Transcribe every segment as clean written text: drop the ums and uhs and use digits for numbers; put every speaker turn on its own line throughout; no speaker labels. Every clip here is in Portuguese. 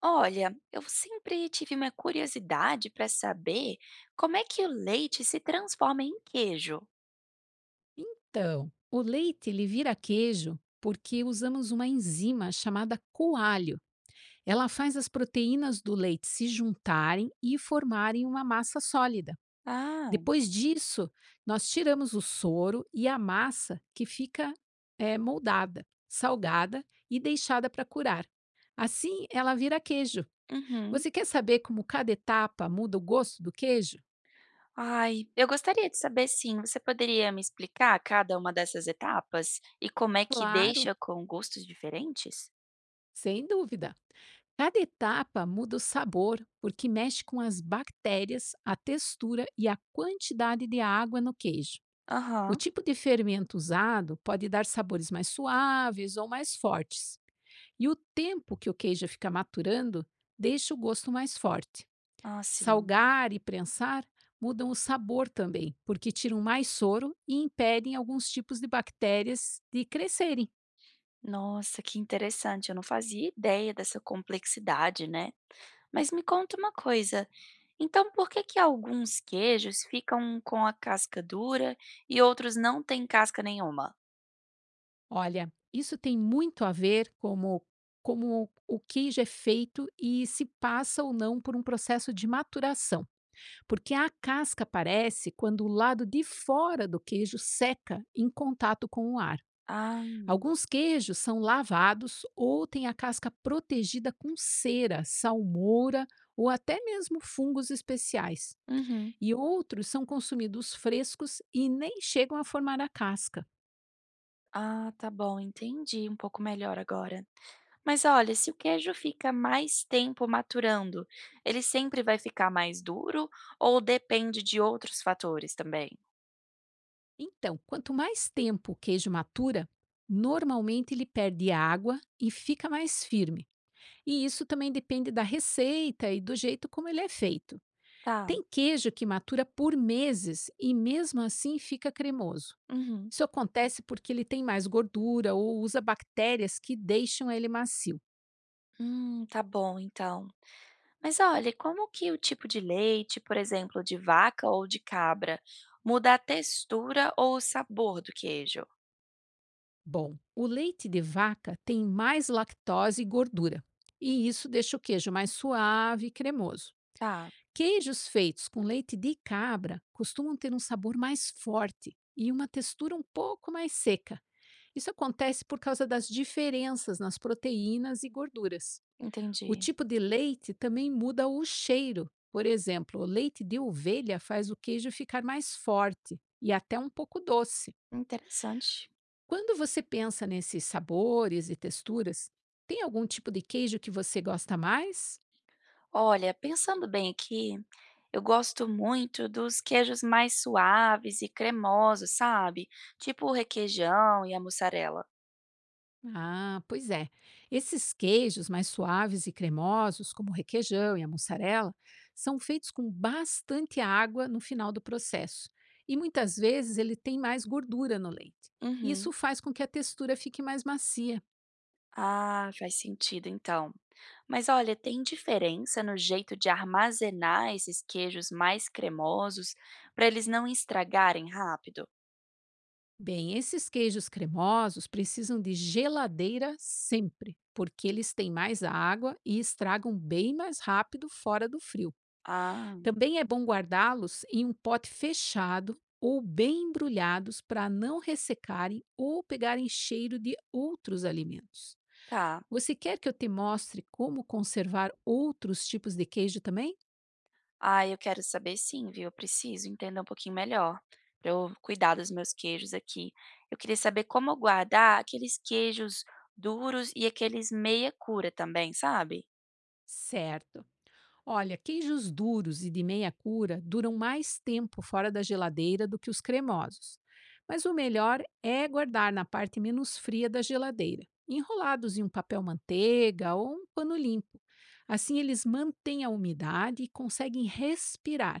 Olha, eu sempre tive uma curiosidade para saber como é que o leite se transforma em queijo.
Então, o leite ele vira queijo porque usamos uma enzima chamada coalho. Ela faz as proteínas do leite se juntarem e formarem uma massa sólida.
Ah.
Depois disso, nós tiramos o soro e a massa que fica moldada, salgada e deixada para curar. Assim, ela vira queijo.
Uhum.
Você quer saber como cada etapa muda o gosto do queijo?
Ai, eu gostaria de saber sim. Você poderia me explicar cada uma dessas etapas e como é que
Claro,
deixa com gostos diferentes?
sem dúvida. Cada etapa muda o sabor, porque mexe com as bactérias, a textura e a quantidade de água no queijo. O
Aham.
tipo de fermento usado pode dar sabores mais suaves ou mais fortes, e o tempo que o queijo fica maturando deixa o gosto mais forte.
Ah, sim.
Salgar e prensar mudam o sabor também, porque tiram mais soro e impedem alguns tipos de bactérias de crescerem.
Nossa, que interessante, eu não fazia ideia dessa complexidade, né. Mas me conta uma coisa, então por que que alguns queijos ficam com a casca dura e outros não têm casca nenhuma?
Olha, isso tem muito a ver como como o queijo é feito e se passa ou não por um processo de maturação, porque a casca aparece quando o lado de fora do queijo seca em contato com o ar.
Ah.
Alguns queijos são lavados ou têm a casca protegida com cera, salmoura ou até mesmo fungos especiais.
Uhum.
E outros são consumidos frescos e nem chegam a formar a casca.
Ah, tá bom, entendi um pouco melhor agora. Mas olha, se o queijo fica mais tempo maturando, ele sempre vai ficar mais duro ou depende de outros fatores também?
Então, quanto mais tempo o queijo matura, normalmente ele perde água e fica mais firme. E isso também depende da receita e do jeito como ele é feito.
Tá.
Tem queijo que matura por meses e mesmo assim fica cremoso.
Uhum.
Isso acontece porque ele tem mais gordura ou usa bactérias que deixam ele macio.
Tá bom então. Mas olha, como que o tipo de leite, por exemplo, de vaca ou de cabra, muda a textura ou o sabor do queijo?
Bom, o leite de vaca tem mais lactose e gordura, e isso deixa o queijo mais suave e cremoso.
Tá,
Queijos feitos com leite de cabra costumam ter um sabor mais forte e uma textura um pouco mais seca. Isso acontece por causa das diferenças nas proteínas e gorduras. O
entendi.
tipo de leite também muda o cheiro. Por exemplo, o leite de ovelha faz o queijo ficar mais forte e até um pouco doce.
Interessante.
Quando você pensa nesses sabores e texturas, tem algum tipo de queijo que você gosta mais?
Olha, pensando bem aqui, eu gosto muito dos queijos mais suaves e cremosos, sabe? Tipo o requeijão e a mussarela.
Ah, pois é. Esses queijos mais suaves e cremosos, como o requeijão e a mussarela, são feitos com bastante água no final do processo. E muitas vezes ele tem mais gordura no leite.
Uhum.
Isso faz com que a textura fique mais macia.
Ah, faz sentido então. Mas olha, tem diferença no jeito de armazenar esses queijos mais cremosos para eles não estragarem rápido?
Bem, esses queijos cremosos precisam de geladeira sempre, porque eles têm mais água e estragam bem mais rápido fora do frio.
Ah,
Também é bom guardá-los em um pote fechado ou bem embrulhados para não ressecarem ou pegarem cheiro de outros alimentos.
tá.
Você quer que eu te mostre como conservar outros tipos de queijo também?
Ah, eu quero saber sim, viu? Eu preciso entender um pouquinho melhor para eu cuidar dos meus queijos aqui. Eu queria saber como guardar aqueles queijos duros e aqueles meia cura também, sabe?
Certo! Olha, queijos duros e de meia cura duram mais tempo fora da geladeira do que os cremosos. Mas o melhor é guardar na parte menos fria da geladeira, enrolados em um papel manteiga ou um pano limpo. Assim eles mantêm a umidade e conseguem respirar.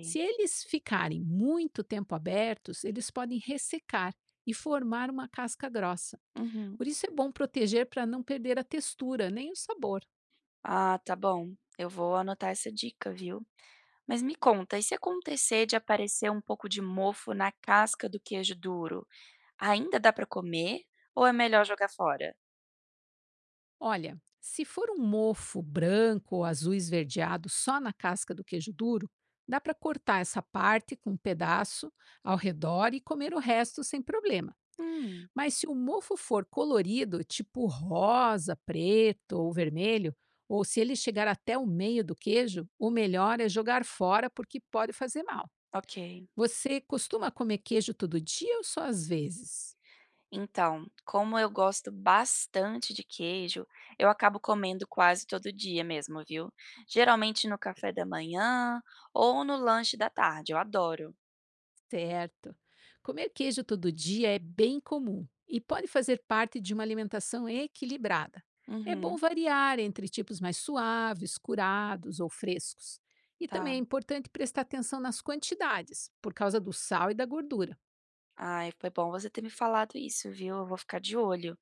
Se eles ficarem muito tempo abertos, eles podem ressecar e formar uma casca grossa.
Uhum.
Por isso é bom proteger para não perder a textura nem o sabor.
Ah, tá bom. Eu vou anotar essa dica, viu? Mas me conta, e se acontecer de aparecer um pouco de mofo na casca do queijo duro, ainda dá para comer ou é melhor jogar fora?
Olha, se for um mofo branco ou azul esverdeado só na casca do queijo duro, dá para cortar essa parte com um pedaço ao redor e comer o resto sem problema.
Hum,
Mas se o mofo for colorido, tipo rosa, preto ou vermelho, ou se ele chegar até o meio do queijo, o melhor é jogar fora porque pode fazer mal.
ok.
Você costuma comer queijo todo dia ou só às vezes?
Então, como eu gosto bastante de queijo, eu acabo comendo quase todo dia mesmo, viu? Geralmente no café da manhã ou no lanche da tarde, eu adoro.
Certo. Comer queijo todo dia é bem comum e pode fazer parte de uma alimentação equilibrada. É bom
Uhum,
variar entre tipos mais suaves, curados ou frescos. E também
tá.
é importante prestar atenção nas quantidades, por causa do sal e da gordura.
Ai, foi bom você ter me falado isso, viu? Eu vou ficar de olho.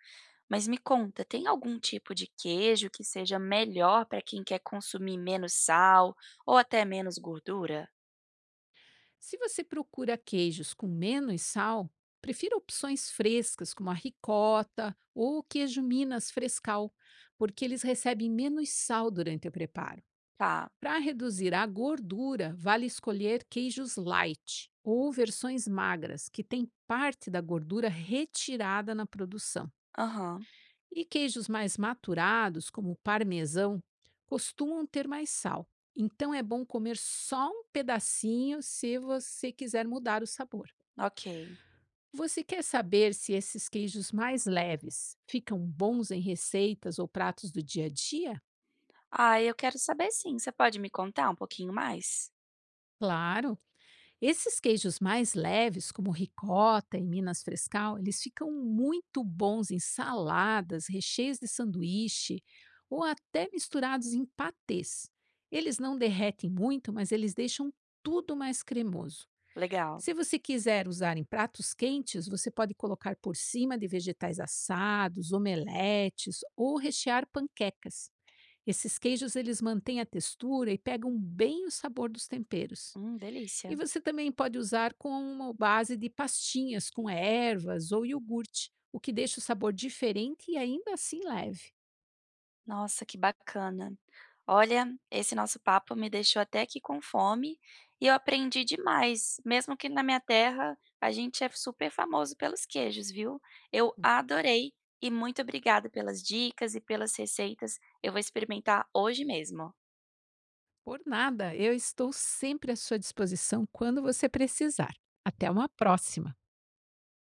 Mas me conta, tem algum tipo de queijo que seja melhor para quem quer consumir menos sal ou até menos gordura?
Se você procura queijos com menos sal, prefira opções frescas, como a ricota ou o queijo Minas frescal, porque eles recebem menos sal durante o preparo.
Tá.
Para reduzir a gordura, vale escolher queijos light ou versões magras, que têm parte da gordura retirada na produção.
Aham.
E queijos mais maturados, como o parmesão, costumam ter mais sal. Então é bom comer só um pedacinho se você quiser mudar o sabor.
Ok.
Você quer saber se esses queijos mais leves ficam bons em receitas ou pratos do dia a dia?
Ah, eu quero saber sim. Você pode me contar um pouquinho mais?
Claro! Esses queijos mais leves, como ricota e minas frescal, eles ficam muito bons em saladas, recheios de sanduíche ou até misturados em patês. Eles não derretem muito, mas eles deixam tudo mais cremoso.
Legal.
Se você quiser usar em pratos quentes, você pode colocar por cima de vegetais assados, omeletes ou rechear panquecas. Esses queijos eles mantêm a textura e pegam bem o sabor dos temperos. E
Delícia.
você também pode usar com uma base de pastinhas com ervas ou iogurte, o que deixa o sabor diferente e ainda assim leve.
Nossa, que bacana. Olha, esse nosso papo me deixou até aqui com fome e eu aprendi demais, mesmo que na minha terra a gente é super famoso pelos queijos, viu? Eu adorei e muito obrigada pelas dicas e pelas receitas. Eu vou experimentar hoje mesmo.
Por nada, eu estou sempre à sua disposição quando você precisar. Até uma próxima!